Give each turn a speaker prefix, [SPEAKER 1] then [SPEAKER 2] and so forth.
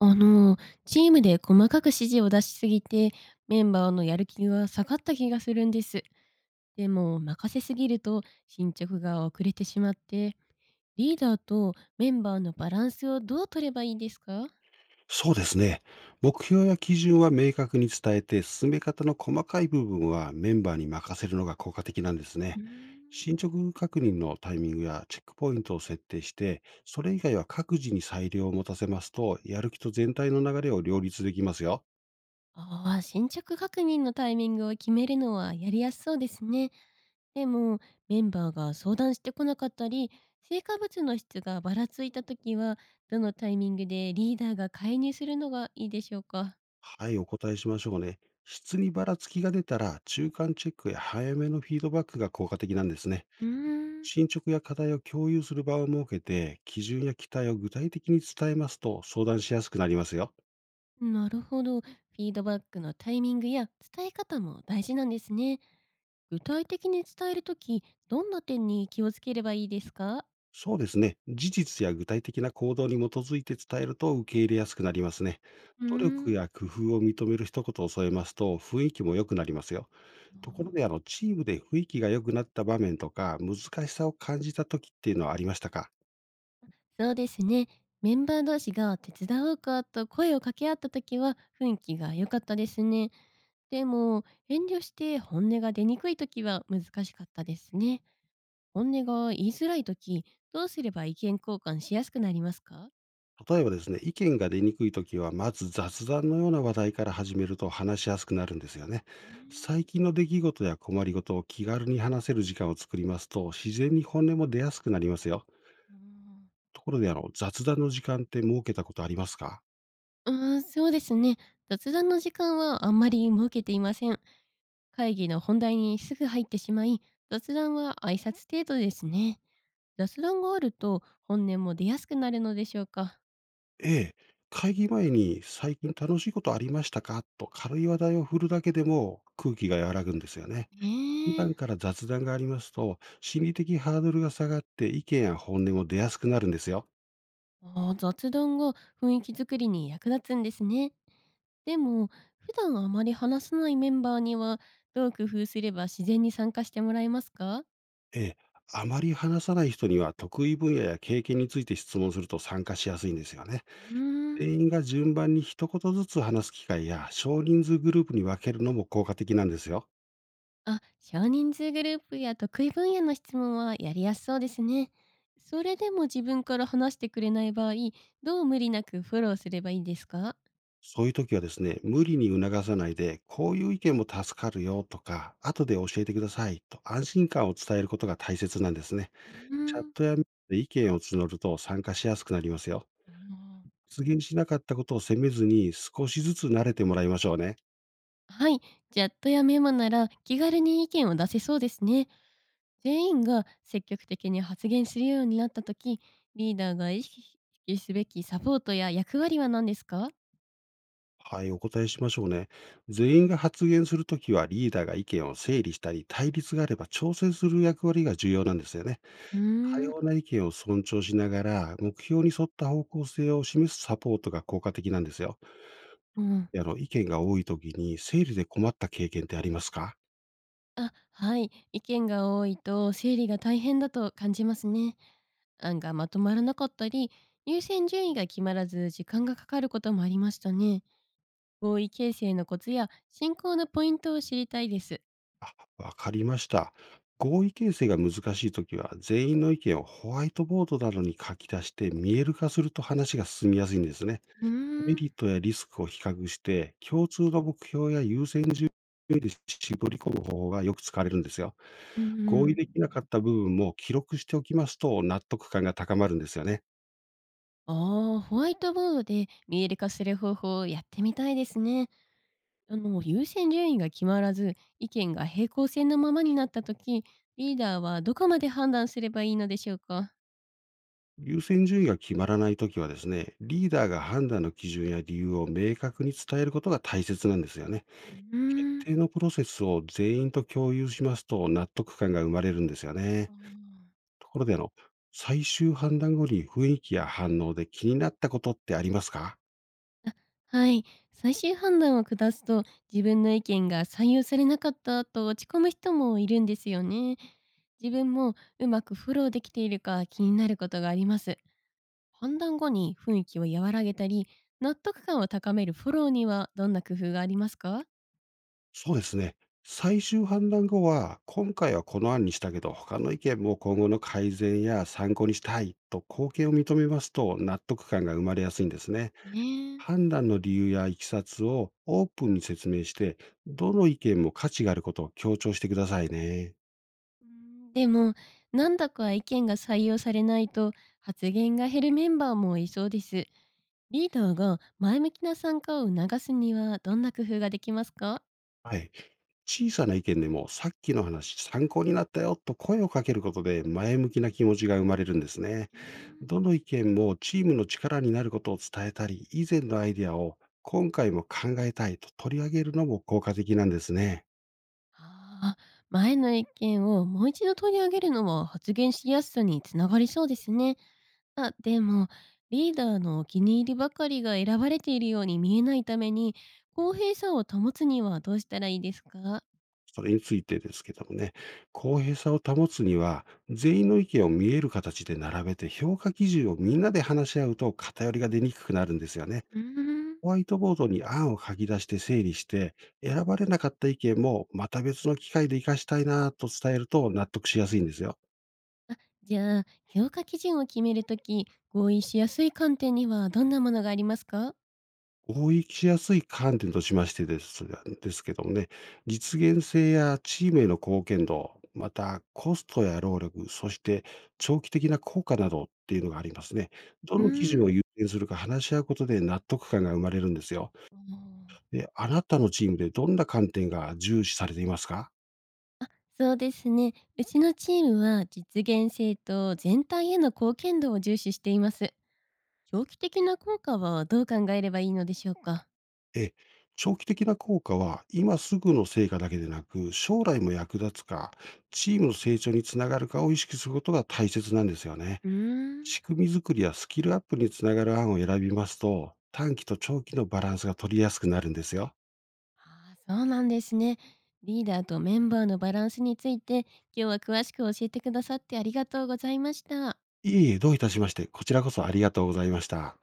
[SPEAKER 1] あの、チームで細かく指示を出しすぎて、メンバーのやる気が下がった気がするんです。でも、任せすぎると進捗が遅れてしまって、リーダーとメンバーのバランスをどう取ればいいですか？
[SPEAKER 2] そうですね。目標や基準は明確に伝えて、進め方の細かい部分はメンバーに任せるのが効果的なんです
[SPEAKER 1] う
[SPEAKER 2] ね。
[SPEAKER 1] ーん
[SPEAKER 2] 進捗確認のタイミングやチェックポイントを設定して、それ以外は各自に裁量を持たせますと、やる気と全体の流れを両立できますよ。
[SPEAKER 1] ああ、進捗確認のタイミングを決めるのはやりやすそうですね。でも、メンバーが相談してこなかったり、成果物の質がばらついた時は、どのタイミングでリーダーが介入するのがいいでしょうか？
[SPEAKER 2] はい、お答えしましょうね。質にばらつきが出たら、中間チェックや早めのフィードバックが効果的なんですね。
[SPEAKER 1] うーん、
[SPEAKER 2] 進捗や課題を共有する場を設けて、基準や期待を具体的に伝えますと相談しやすくなりますよ。
[SPEAKER 1] なるほど。フィードバックのタイミングや伝え方も大事なんですね。具体的に伝えるとき、どんな点に気をつければいいですか？
[SPEAKER 2] そうですね。事実や具体的な行動に基づいて伝えると受け入れやすくなりますね。
[SPEAKER 1] うー
[SPEAKER 2] 努力
[SPEAKER 1] ん、
[SPEAKER 2] や工夫を認める一言を添えますと雰囲気も良くなりますよ。
[SPEAKER 1] あ
[SPEAKER 2] ところで、
[SPEAKER 1] ー
[SPEAKER 2] チームで雰囲気が良くなった場面とか、難しさを感じた時っていうのはありましたか？
[SPEAKER 1] そうですね。メンバー同士が手伝おうかと声を掛け合ったときは雰囲気が良かったですね。でも、遠慮して本音が出にくいときは難しかったですね。本音が言いづらいとき、どうすれば意見交換しやすくなりますか？
[SPEAKER 2] 例えばですね、意見が出にくい時は、まず雑談のような話題から始めると話しやすくなるんですよね。
[SPEAKER 1] ね
[SPEAKER 2] 最
[SPEAKER 1] え。
[SPEAKER 2] 近の出来事や困りごとを気軽に話せる時間を作りますと、自然に本音も出やすくなりますよ。
[SPEAKER 1] うん。
[SPEAKER 2] ところで、雑談の時間って設けたことありますか？
[SPEAKER 1] そうですね。雑談の時間はあんまり設けていません。会議の本題にすぐ入ってしまい、雑談は挨拶程度ですね。雑談があると本音も出やすくなるのでしょうか。
[SPEAKER 2] ええ、会議前に最近楽しいことありましたかと軽い話題を振るだけでも空気が和らぐんですよね。
[SPEAKER 1] え
[SPEAKER 2] 普
[SPEAKER 1] え。
[SPEAKER 2] 段から雑談がありますと、心理的ハードルが下がって意見や本音も出やすくなるんですよ。
[SPEAKER 1] ああ、雑談が雰囲気作りに役立つんですね。でも、普段あまり話さないメンバーには、どう工夫すれば自然に参加してもらえますか？
[SPEAKER 2] ええ、あまり話さない人には得意分野や経験について質問すると参加しやすいんですよね。
[SPEAKER 1] うーん。
[SPEAKER 2] 全員が順番に一言ずつ話す機会や少人数グループに分けるのも効果的なんですよ。
[SPEAKER 1] あ、少人数グループや得意分野の質問はやりやすそうですね。それでも自分から話してくれない場合、どう無理なくフォローすればいいですか？
[SPEAKER 2] そういう時はですね、無理に促さないで、こういう意見も助かるよとか、後で教えてくださいと安心感を伝えることが大切なんですね。
[SPEAKER 1] う
[SPEAKER 2] チャ
[SPEAKER 1] ー
[SPEAKER 2] ッ
[SPEAKER 1] ん。
[SPEAKER 2] トやメールで意見を募ると参加しやすくなりますよ。
[SPEAKER 1] あ、
[SPEAKER 2] 発言しなかったことを責めずに少しずつ慣れてもらいましょうね。
[SPEAKER 1] はい、チャットやメモなら気軽に意見を出せそうですね。全員が積極的に発言するようになった時、リーダーが意識すべきサポートや役割は何ですか？
[SPEAKER 2] はい、お答えしましょうね。全員が発言するときはリーダーが意見を整理したり、対立があれば調整する役割が重要なんですよね。
[SPEAKER 1] う
[SPEAKER 2] 多
[SPEAKER 1] ーん。
[SPEAKER 2] 様な意見を尊重しながら、目標に沿った方向性を示すサポートが効果的なんですよ。
[SPEAKER 1] うん。
[SPEAKER 2] 意見が多いときに整理で困った経験ってありますか？
[SPEAKER 1] あ、はい、意見が多いと整理が大変だと感じますね。案がまとまらなかったり、優先順位が決まらず時間がかかることもありましたね。合意形成のコツや進行のポイントを知りたいです。
[SPEAKER 2] あ、わかりました。合意形成が難しいときは、全員の意見をホワイトボードなどに書き出して見える化すると話が進みやすいんですね。
[SPEAKER 1] うー
[SPEAKER 2] メ
[SPEAKER 1] ん
[SPEAKER 2] リットやリスクを比較して、共通の目標や優先順位で絞り込む方法がよく使われるんですよ。
[SPEAKER 1] うんう
[SPEAKER 2] 合意
[SPEAKER 1] ん
[SPEAKER 2] できなかった部分も記録しておきますと納得感が高まるんですよね。
[SPEAKER 1] ああ、ホワイトボードで見える化する方法をやってみたいですね。優先順位が決まらず意見が平行線のままになった時、リーダーはどこまで判断すればいいのでしょうか？
[SPEAKER 2] 優先順位が決まらないときはですね、リーダーが判断の基準や理由を明確に伝えることが大切なんですよね。
[SPEAKER 1] うー
[SPEAKER 2] 決
[SPEAKER 1] ん
[SPEAKER 2] 定のプロセスを全員と共有しますと納得感が生まれるんですよ
[SPEAKER 1] あ
[SPEAKER 2] ね。
[SPEAKER 1] ー
[SPEAKER 2] ところで最終判断後に雰囲気や反応で気になったことってありますか。
[SPEAKER 1] はい、最終判断を下すと自分の意見が採用されなかったと落ち込む人もいるんですよね。自分もうまくフォローできているか気になることがあります。判断後に雰囲気を和らげたり、納得感を高めるフォローにはどんな工夫がありますか？
[SPEAKER 2] そうですね。最終判断後は、今回はこの案にしたけど、他の意見も今後の改善や参考にしたいと貢献を認めますと、納得感が生まれやすいんですね。
[SPEAKER 1] ねえ。う
[SPEAKER 2] 判断の理由やいきさつをオープンに説明して、どの意見も価値があることを強調してくださいね。
[SPEAKER 1] ん。でも、なんだか意見が採用されないと発言が減るメンバーもいそうです。リーダーが前向きな参加を促すにはどんな工夫ができますか？
[SPEAKER 2] はい。小さな意見でも、さっきの話参考になったよと声をかけることで前向きな気持ちが生まれるんですね。
[SPEAKER 1] うーん
[SPEAKER 2] どの意見もチームの力になることを伝えたり、以前のアイデアを今回も考えたいと取り上げるのも効果的なんですね。
[SPEAKER 1] ああ、前の意見をもう一度取り上げるのは発言しやすさにつながりそうですね。あ、でも、リーダーのお気に入りばかりが選ばれているように見えないために、公平さを保つにはどうしたらいいですか？
[SPEAKER 2] それについてですけどもね、公平さを保つには、全員の意見を見える形で並べて評価基準をみんなで話し合うと偏りが出にくくなるんですよね。
[SPEAKER 1] うーん
[SPEAKER 2] ホワイトボードに案を書き出して整理して、選ばれなかった意見もまた別の機会で活かしたいなと伝えると納得しやすいんですよ。
[SPEAKER 1] あ、じゃあ、評価基準を決めるとき、合意しやすい観点にはどんなものがありますか？
[SPEAKER 2] 合意しやすい観点としましてですがですけどもね、実現性やチームへの貢献度、またコストや労力、そして長期的な効果などっていうのがありますね。ど
[SPEAKER 1] うー
[SPEAKER 2] の基準
[SPEAKER 1] ん
[SPEAKER 2] を優先するか話し合うことで納得感が生まれるんですよ。
[SPEAKER 1] おー
[SPEAKER 2] で、あなたのチームでどんな観点が重視されていますか。
[SPEAKER 1] そうですね。うちのチームは実現性と全体への貢献度を重視しています。長期的な効果はどう考えればいいのでしょうか？
[SPEAKER 2] え、長期的な効果は、今すぐの成果だけでなく、将来も役立つか、チームの成長につながるかを意識することが大切なんですよね。
[SPEAKER 1] うーん。
[SPEAKER 2] 仕組み作りやスキルアップにつながる案を選びますと、短期と長期のバランスが取りやすくなるんですよ。
[SPEAKER 1] ああ、そうなんですね。リーダーとメンバーのバランスについて、今日は詳しく教えてくださってありがとうございました。
[SPEAKER 2] いえいえ、どういたしまして、こちらこそありがとうございました。